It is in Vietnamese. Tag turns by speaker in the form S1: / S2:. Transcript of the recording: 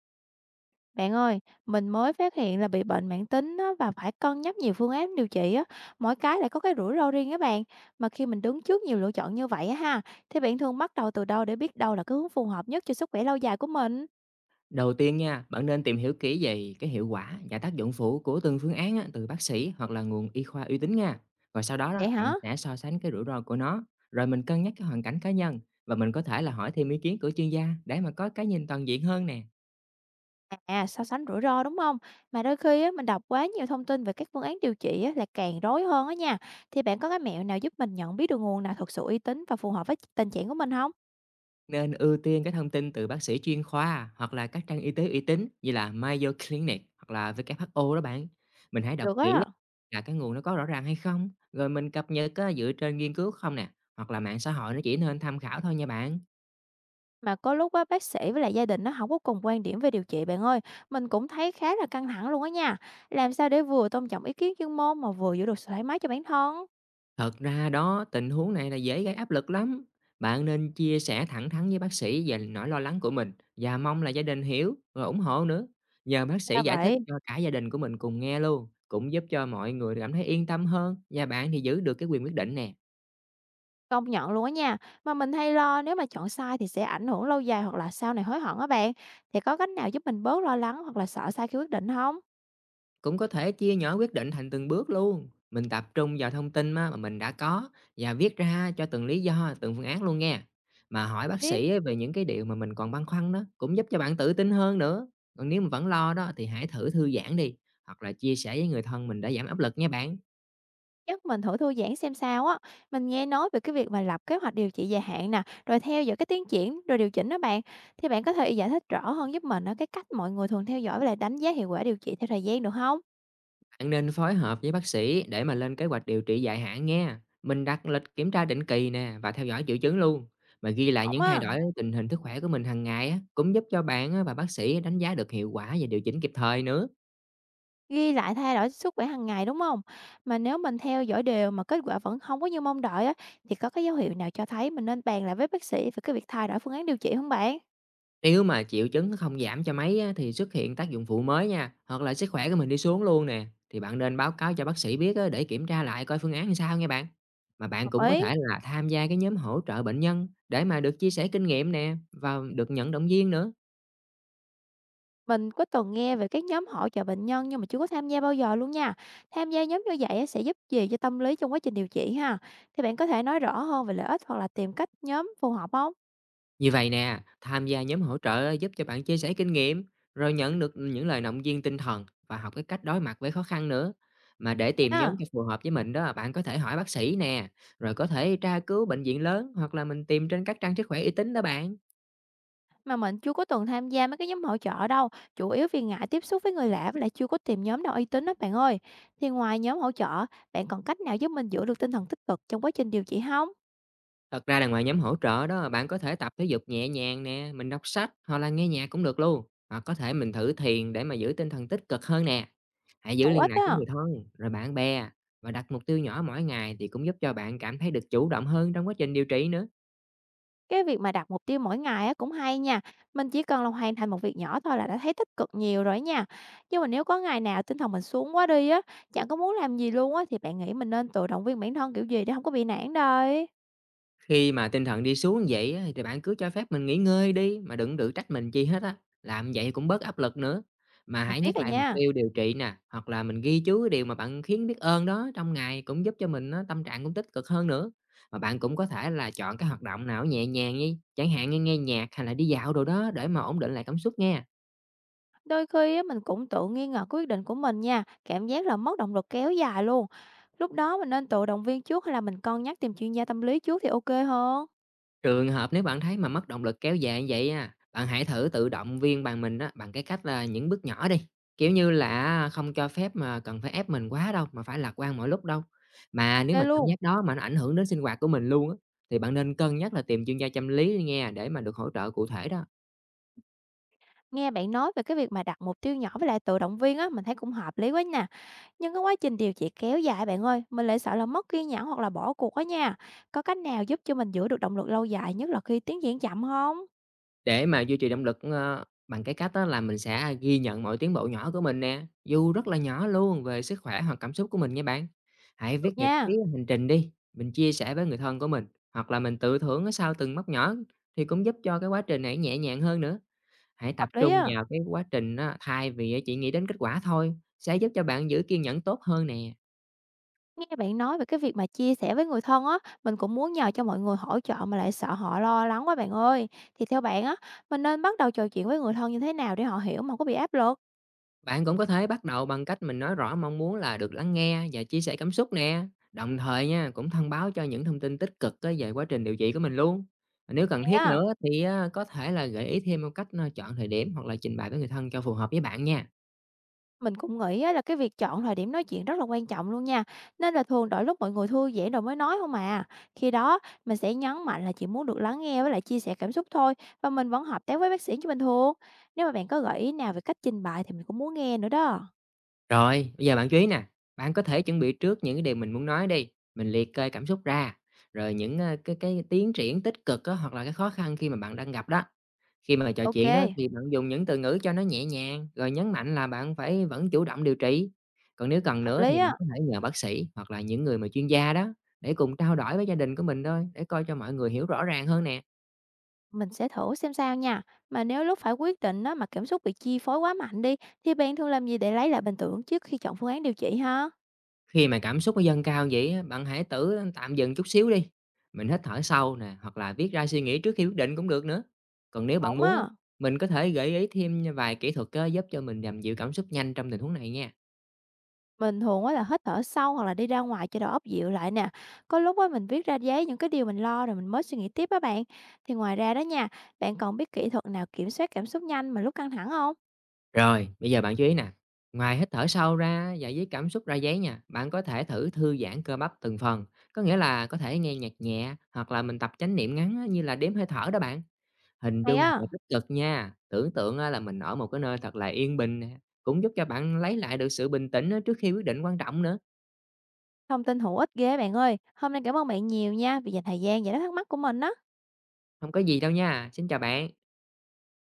S1: Bạn ơi, mình mới phát hiện là bị bệnh mãn tính á, và phải cân nhắc nhiều phương án điều trị á, mỗi cái lại có cái rủi ro riêng các bạn. Mà khi mình đứng trước nhiều lựa chọn như vậy á ha, thì bạn thường bắt đầu từ đâu để biết đâu là cái hướng phù hợp nhất cho sức khỏe lâu dài của mình?
S2: Đầu tiên nha, bạn nên tìm hiểu kỹ về cái hiệu quả và tác dụng phụ của từng phương án á, từ bác sĩ hoặc là nguồn y khoa uy tín nha. Rồi sau đó,
S1: Vậy
S2: bạn
S1: hả?
S2: sẽ so sánh cái rủi ro của nó, rồi mình cân nhắc cái hoàn cảnh cá nhân và mình có thể là hỏi thêm ý kiến của chuyên gia để mà có cái nhìn toàn diện hơn nè.
S1: À, so sánh rủi ro đúng không? Mà đôi khi á, mình đọc quá nhiều thông tin về các phương án điều trị á, là càng rối hơn á nha. Thì bạn có cái mẹo nào giúp mình nhận biết được nguồn nào thật sự uy tín và phù hợp với tình trạng của mình không?
S2: Nên ưu tiên cái thông tin từ bác sĩ chuyên khoa hoặc là các trang y tế uy tín như là Mayo Clinic hoặc là WHO đó bạn. Mình hãy đọc
S1: Được
S2: kỹ á,
S1: á.
S2: là cái nguồn nó có rõ ràng hay không, rồi mình cập nhật á, dựa trên nghiên cứu không nè, hoặc là mạng xã hội nó chỉ nên tham khảo thôi nha bạn.
S1: Mà có lúc á, bác sĩ với lại gia đình nó không có cùng quan điểm về điều trị bạn ơi, mình cũng thấy khá là căng thẳng luôn á nha. Làm sao để vừa tôn trọng ý kiến chuyên môn mà vừa giữ được sự thoải mái cho bản thân?
S2: Thật ra đó, tình huống này là dễ gây áp lực lắm. Bạn nên chia sẻ thẳng thắn với bác sĩ về nỗi lo lắng của mình và mong là gia đình hiểu rồi ủng hộ nữa. Nhờ bác
S1: Ra
S2: sĩ giải thích
S1: vậy,
S2: cho cả gia đình của mình cùng nghe luôn, cũng giúp cho mọi người cảm thấy yên tâm hơn và bạn thì giữ được cái quyền quyết định nè.
S1: công nhận luôn á nha. Mà mình hay lo nếu mà chọn sai thì sẽ ảnh hưởng lâu dài hoặc là sau này hối hận á bạn. Thì có cách nào giúp mình bớt lo lắng hoặc là sợ sai khi quyết định không?
S2: Cũng có thể chia nhỏ quyết định thành từng bước luôn. Mình tập trung vào thông tin á mà mình đã có và viết ra cho từng lý do, từng phương án luôn nghe. Mà hỏi bác
S1: Biết.
S2: sĩ á về những cái điều mà mình còn băn khoăn đó cũng giúp cho bạn tự tin hơn nữa. Còn nếu mà vẫn lo đó thì hãy thử thư giãn đi hoặc là chia sẻ với người thân mình để giảm áp lực nha bạn.
S1: Chắc mình thử thư giãn xem sao á. Mình nghe nói về cái việc mà lập kế hoạch điều trị dài hạn nè, rồi theo dõi cái tiến triển, rồi điều chỉnh đó bạn. Thì bạn có thể giải thích rõ hơn giúp mình ở cái cách mọi người thường theo dõi với lại đánh giá hiệu quả điều trị theo thời gian được không?
S2: Bạn nên phối hợp với bác sĩ để mà lên kế hoạch điều trị dài hạn nghe. Mình đặt lịch kiểm tra định kỳ nè và theo dõi triệu chứng luôn. Mà ghi lại
S1: Không
S2: những thay
S1: á,
S2: đổi tình hình sức khỏe của mình hàng ngày á, cũng giúp cho bạn á và bác sĩ đánh giá được hiệu quả và điều chỉnh kịp thời nữa.
S1: ghi lại thay đổi sức khỏe hàng ngày đúng không? Mà nếu mình theo dõi đều mà kết quả vẫn không có như mong đợi á, thì có cái dấu hiệu nào cho thấy mình nên bàn lại với bác sĩ về cái việc thay đổi phương án điều trị không bạn?
S2: Nếu mà triệu chứng nó không giảm cho mấy á, thì xuất hiện tác dụng phụ mới nha, hoặc là sức khỏe của mình đi xuống luôn nè. Thì bạn nên báo cáo cho bác sĩ biết á, để kiểm tra lại coi phương án làm sao nha bạn. Mà bạn
S1: Đồng
S2: cũng có
S1: ý.
S2: thể là tham gia cái nhóm hỗ trợ bệnh nhân để mà được chia sẻ kinh nghiệm nè và được nhận động viên nữa.
S1: Mình có từng nghe về các nhóm hỗ trợ bệnh nhân nhưng mà chưa có tham gia bao giờ luôn nha. Tham gia nhóm như vậy á, sẽ giúp gì cho tâm lý trong quá trình điều trị ha? Thì bạn có thể nói rõ hơn về lợi ích hoặc là tìm cách nhóm phù hợp không?
S2: Như vậy nè, tham gia nhóm hỗ trợ giúp cho bạn chia sẻ kinh nghiệm, rồi nhận được những lời động viên tinh thần và học cái cách đối mặt với khó khăn nữa. Mà để tìm nhóm cho
S1: À,
S2: phù hợp với mình đó, bạn có thể hỏi bác sĩ nè, rồi có thể tra cứu bệnh viện lớn hoặc là mình tìm trên các trang sức khỏe uy tín đó bạn.
S1: mà mình chưa có từng tham gia mấy cái nhóm hỗ trợ đâu, chủ yếu vì ngại tiếp xúc với người lạ với lại chưa có tìm nhóm nào uy tín đó bạn ơi. Thì ngoài nhóm hỗ trợ, bạn còn cách nào giúp mình giữ được tinh thần tích cực trong quá trình điều trị không?
S2: Thật ra là ngoài nhóm hỗ trợ đó, bạn có thể tập thể dục nhẹ nhàng nè, mình đọc sách hoặc là nghe nhạc cũng được luôn. Hoặc có thể mình thử thiền để mà giữ tinh thần tích cực hơn nè. Hãy giữ
S1: Hữu
S2: liên
S1: ích
S2: lạc với
S1: á.
S2: người thân, rồi bạn bè và đặt mục tiêu nhỏ mỗi ngày thì cũng giúp cho bạn cảm thấy được chủ động hơn trong quá trình điều trị nữa.
S1: Cái việc mà đặt mục tiêu mỗi ngày á cũng hay nha, mình chỉ cần là hoàn thành một việc nhỏ thôi là đã thấy tích cực nhiều rồi nha. Nhưng mà nếu có ngày nào tinh thần mình xuống quá đi á, chẳng có muốn làm gì luôn á thì bạn nghĩ mình nên tự động viên bản thân kiểu gì để không có bị nản đời?
S2: Khi mà tinh thần đi xuống vậy á, thì bạn cứ cho phép mình nghỉ ngơi đi mà đừng tự trách mình chi hết á. Làm vậy cũng bớt áp lực nữa. Mà
S1: Mình
S2: hãy
S1: biết
S2: nhắc
S1: rồi
S2: lại mục
S1: nha.
S2: tiêu điều trị nè, hoặc là mình ghi chú cái điều mà bạn khiến biết ơn đó trong ngày cũng giúp cho mình á, tâm trạng cũng tích cực hơn nữa. Mà bạn cũng có thể là chọn cái hoạt động nào nhẹ nhàng đi, chẳng hạn như nghe nhạc hay là đi dạo đồ đó để mà ổn định lại cảm xúc nha.
S1: Đôi khi á mình cũng tự nghi ngờ quyết định của mình nha, cảm giác là mất động lực kéo dài luôn. Lúc đó mình nên tự động viên trước hay là mình cân nhắc tìm chuyên gia tâm lý trước thì ok hơn?
S2: Trường hợp nếu bạn thấy mà mất động lực kéo dài như vậy á, bạn hãy thử tự động viên bằng mình á, bằng cái cách là những bước nhỏ đi. Kiểu như là không cho phép mà cần phải ép mình quá đâu, mà phải lạc quan mọi lúc đâu. Mà
S1: Ok
S2: nếu mà cảm giác
S1: luôn.
S2: đó mà nó ảnh hưởng đến sinh hoạt của mình luôn á, thì bạn nên cân nhắc là tìm chuyên gia tâm lý nghe để mà được hỗ trợ cụ thể đó.
S1: Nghe bạn nói về cái việc mà đặt mục tiêu nhỏ với lại tự động viên á, mình thấy cũng hợp lý quá nè. Nhưng cái quá trình điều trị kéo dài bạn ơi, mình lại sợ là mất kiên nhẫn hoặc là bỏ cuộc á nha. Có cách nào giúp cho mình giữ được động lực lâu dài nhất là khi tiến triển chậm không?
S2: Để mà duy trì động lực, bằng cái cách á là mình sẽ ghi nhận mọi tiến bộ nhỏ của mình nè, dù rất là nhỏ luôn, về sức khỏe hoặc cảm xúc của mình nha bạn. Hãy
S1: Được
S2: viết nhật ký
S1: nha,
S2: hành trình đi, mình chia sẻ với người thân của mình, hoặc là mình tự thưởng á sau từng mốc nhỏ thì cũng giúp cho cái quá trình này nhẹ nhàng hơn nữa. Hãy
S1: hợp
S2: tập
S1: lý
S2: trung
S1: á.
S2: vào cái quá trình á, thay vì chỉ nghĩ đến kết quả thôi, sẽ giúp cho bạn giữ kiên nhẫn tốt hơn nè.
S1: Nghe bạn nói về cái việc mà chia sẻ với người thân á, mình cũng muốn nhờ cho mọi người hỗ trợ mà lại sợ họ lo lắng quá bạn ơi. Thì theo bạn á, mình nên bắt đầu trò chuyện với người thân như thế nào để họ hiểu mà không có bị áp lực?
S2: Bạn cũng có thể bắt đầu bằng cách mình nói rõ mong muốn là được lắng nghe và chia sẻ cảm xúc nè. Đồng thời nha, cũng thông báo cho những thông tin tích cực á, về quá trình điều trị của mình luôn. Nếu cần
S1: Hay
S2: thiết
S1: á.
S2: nữa thì á, có thể là gợi ý thêm một cách, chọn thời điểm hoặc là trình bày với người thân cho phù hợp với bạn nha.
S1: Mình cũng nghĩ á là cái việc chọn thời điểm nói chuyện rất là quan trọng luôn nha. Nên là thường đợi lúc mọi người thư giãn rồi mới nói không à. Khi đó mình sẽ nhấn mạnh là chỉ muốn được lắng nghe với lại chia sẻ cảm xúc thôi và mình vẫn hợp tác với bác sĩ như bình thường. Nếu mà bạn có gợi ý nào về cách trình bày thì mình cũng muốn nghe nữa đó.
S2: Rồi, bây giờ bạn chú ý nè, bạn có thể chuẩn bị trước những cái điều mình muốn nói đi. Mình liệt kê cảm xúc ra, rồi những à, cái tiến triển tích cực á, hoặc là cái khó khăn khi mà bạn đang gặp đó. Khi mà trò
S1: Ok,
S2: chuyện đó thì bạn dùng những từ ngữ cho nó nhẹ nhàng, rồi nhấn mạnh là bạn phải vẫn chủ động điều trị. Còn nếu cần
S1: hợp
S2: nữa thì
S1: lý á.
S2: bạn có thể nhờ bác sĩ hoặc là những người mà chuyên gia đó để cùng trao đổi với gia đình của mình thôi, để coi cho mọi người hiểu rõ ràng hơn nè.
S1: Mình sẽ thử xem sao nha. Mà nếu lúc phải quyết định á, mà cảm xúc bị chi phối quá mạnh đi thì bạn thường làm gì để lấy lại bình tĩnh trước khi chọn phương án điều trị ha?
S2: Khi mà cảm xúc nó dâng cao vậy á, bạn hãy tự tạm dừng chút xíu đi. Mình hít thở sâu nè, hoặc là viết ra suy nghĩ trước khi quyết định cũng được nữa. Còn nếu bạn
S1: Ổn
S2: muốn
S1: á.
S2: á, mình có thể gợi ý thêm vài kỹ thuật á, giúp cho mình làm dịu cảm xúc nhanh trong tình huống này nha.
S1: Mình thường á là hít thở sâu hoặc là đi ra ngoài cho đầu óc dịu lại nè. Có lúc á mình viết ra giấy những cái điều mình lo rồi mình mới suy nghĩ tiếp á bạn. Thì ngoài ra đó nha, bạn còn biết kỹ thuật nào kiểm soát cảm xúc nhanh mà lúc căng thẳng không?
S2: Rồi, bây giờ bạn chú ý nè, ngoài hít thở sâu ra và với cảm xúc ra giấy nha, bạn có thể thử thư giãn cơ bắp từng phần, có nghĩa là có thể nghe nhạc nhẹ hoặc là mình tập chánh niệm ngắn á, như là đếm hơi thở đó bạn. Hình
S1: Hay
S2: dung và
S1: á,
S2: tích cực nha, tưởng tượng á là mình ở một cái nơi thật là yên bình nè, cũng giúp cho bạn lấy lại được sự bình tĩnh á trước khi quyết định quan trọng nữa.
S1: thông tin hữu ích ghê bạn ơi. Hôm nay cảm ơn bạn nhiều nha vì dành thời gian giải đáp thắc mắc của mình á.
S2: Không có gì đâu nha, xin chào bạn.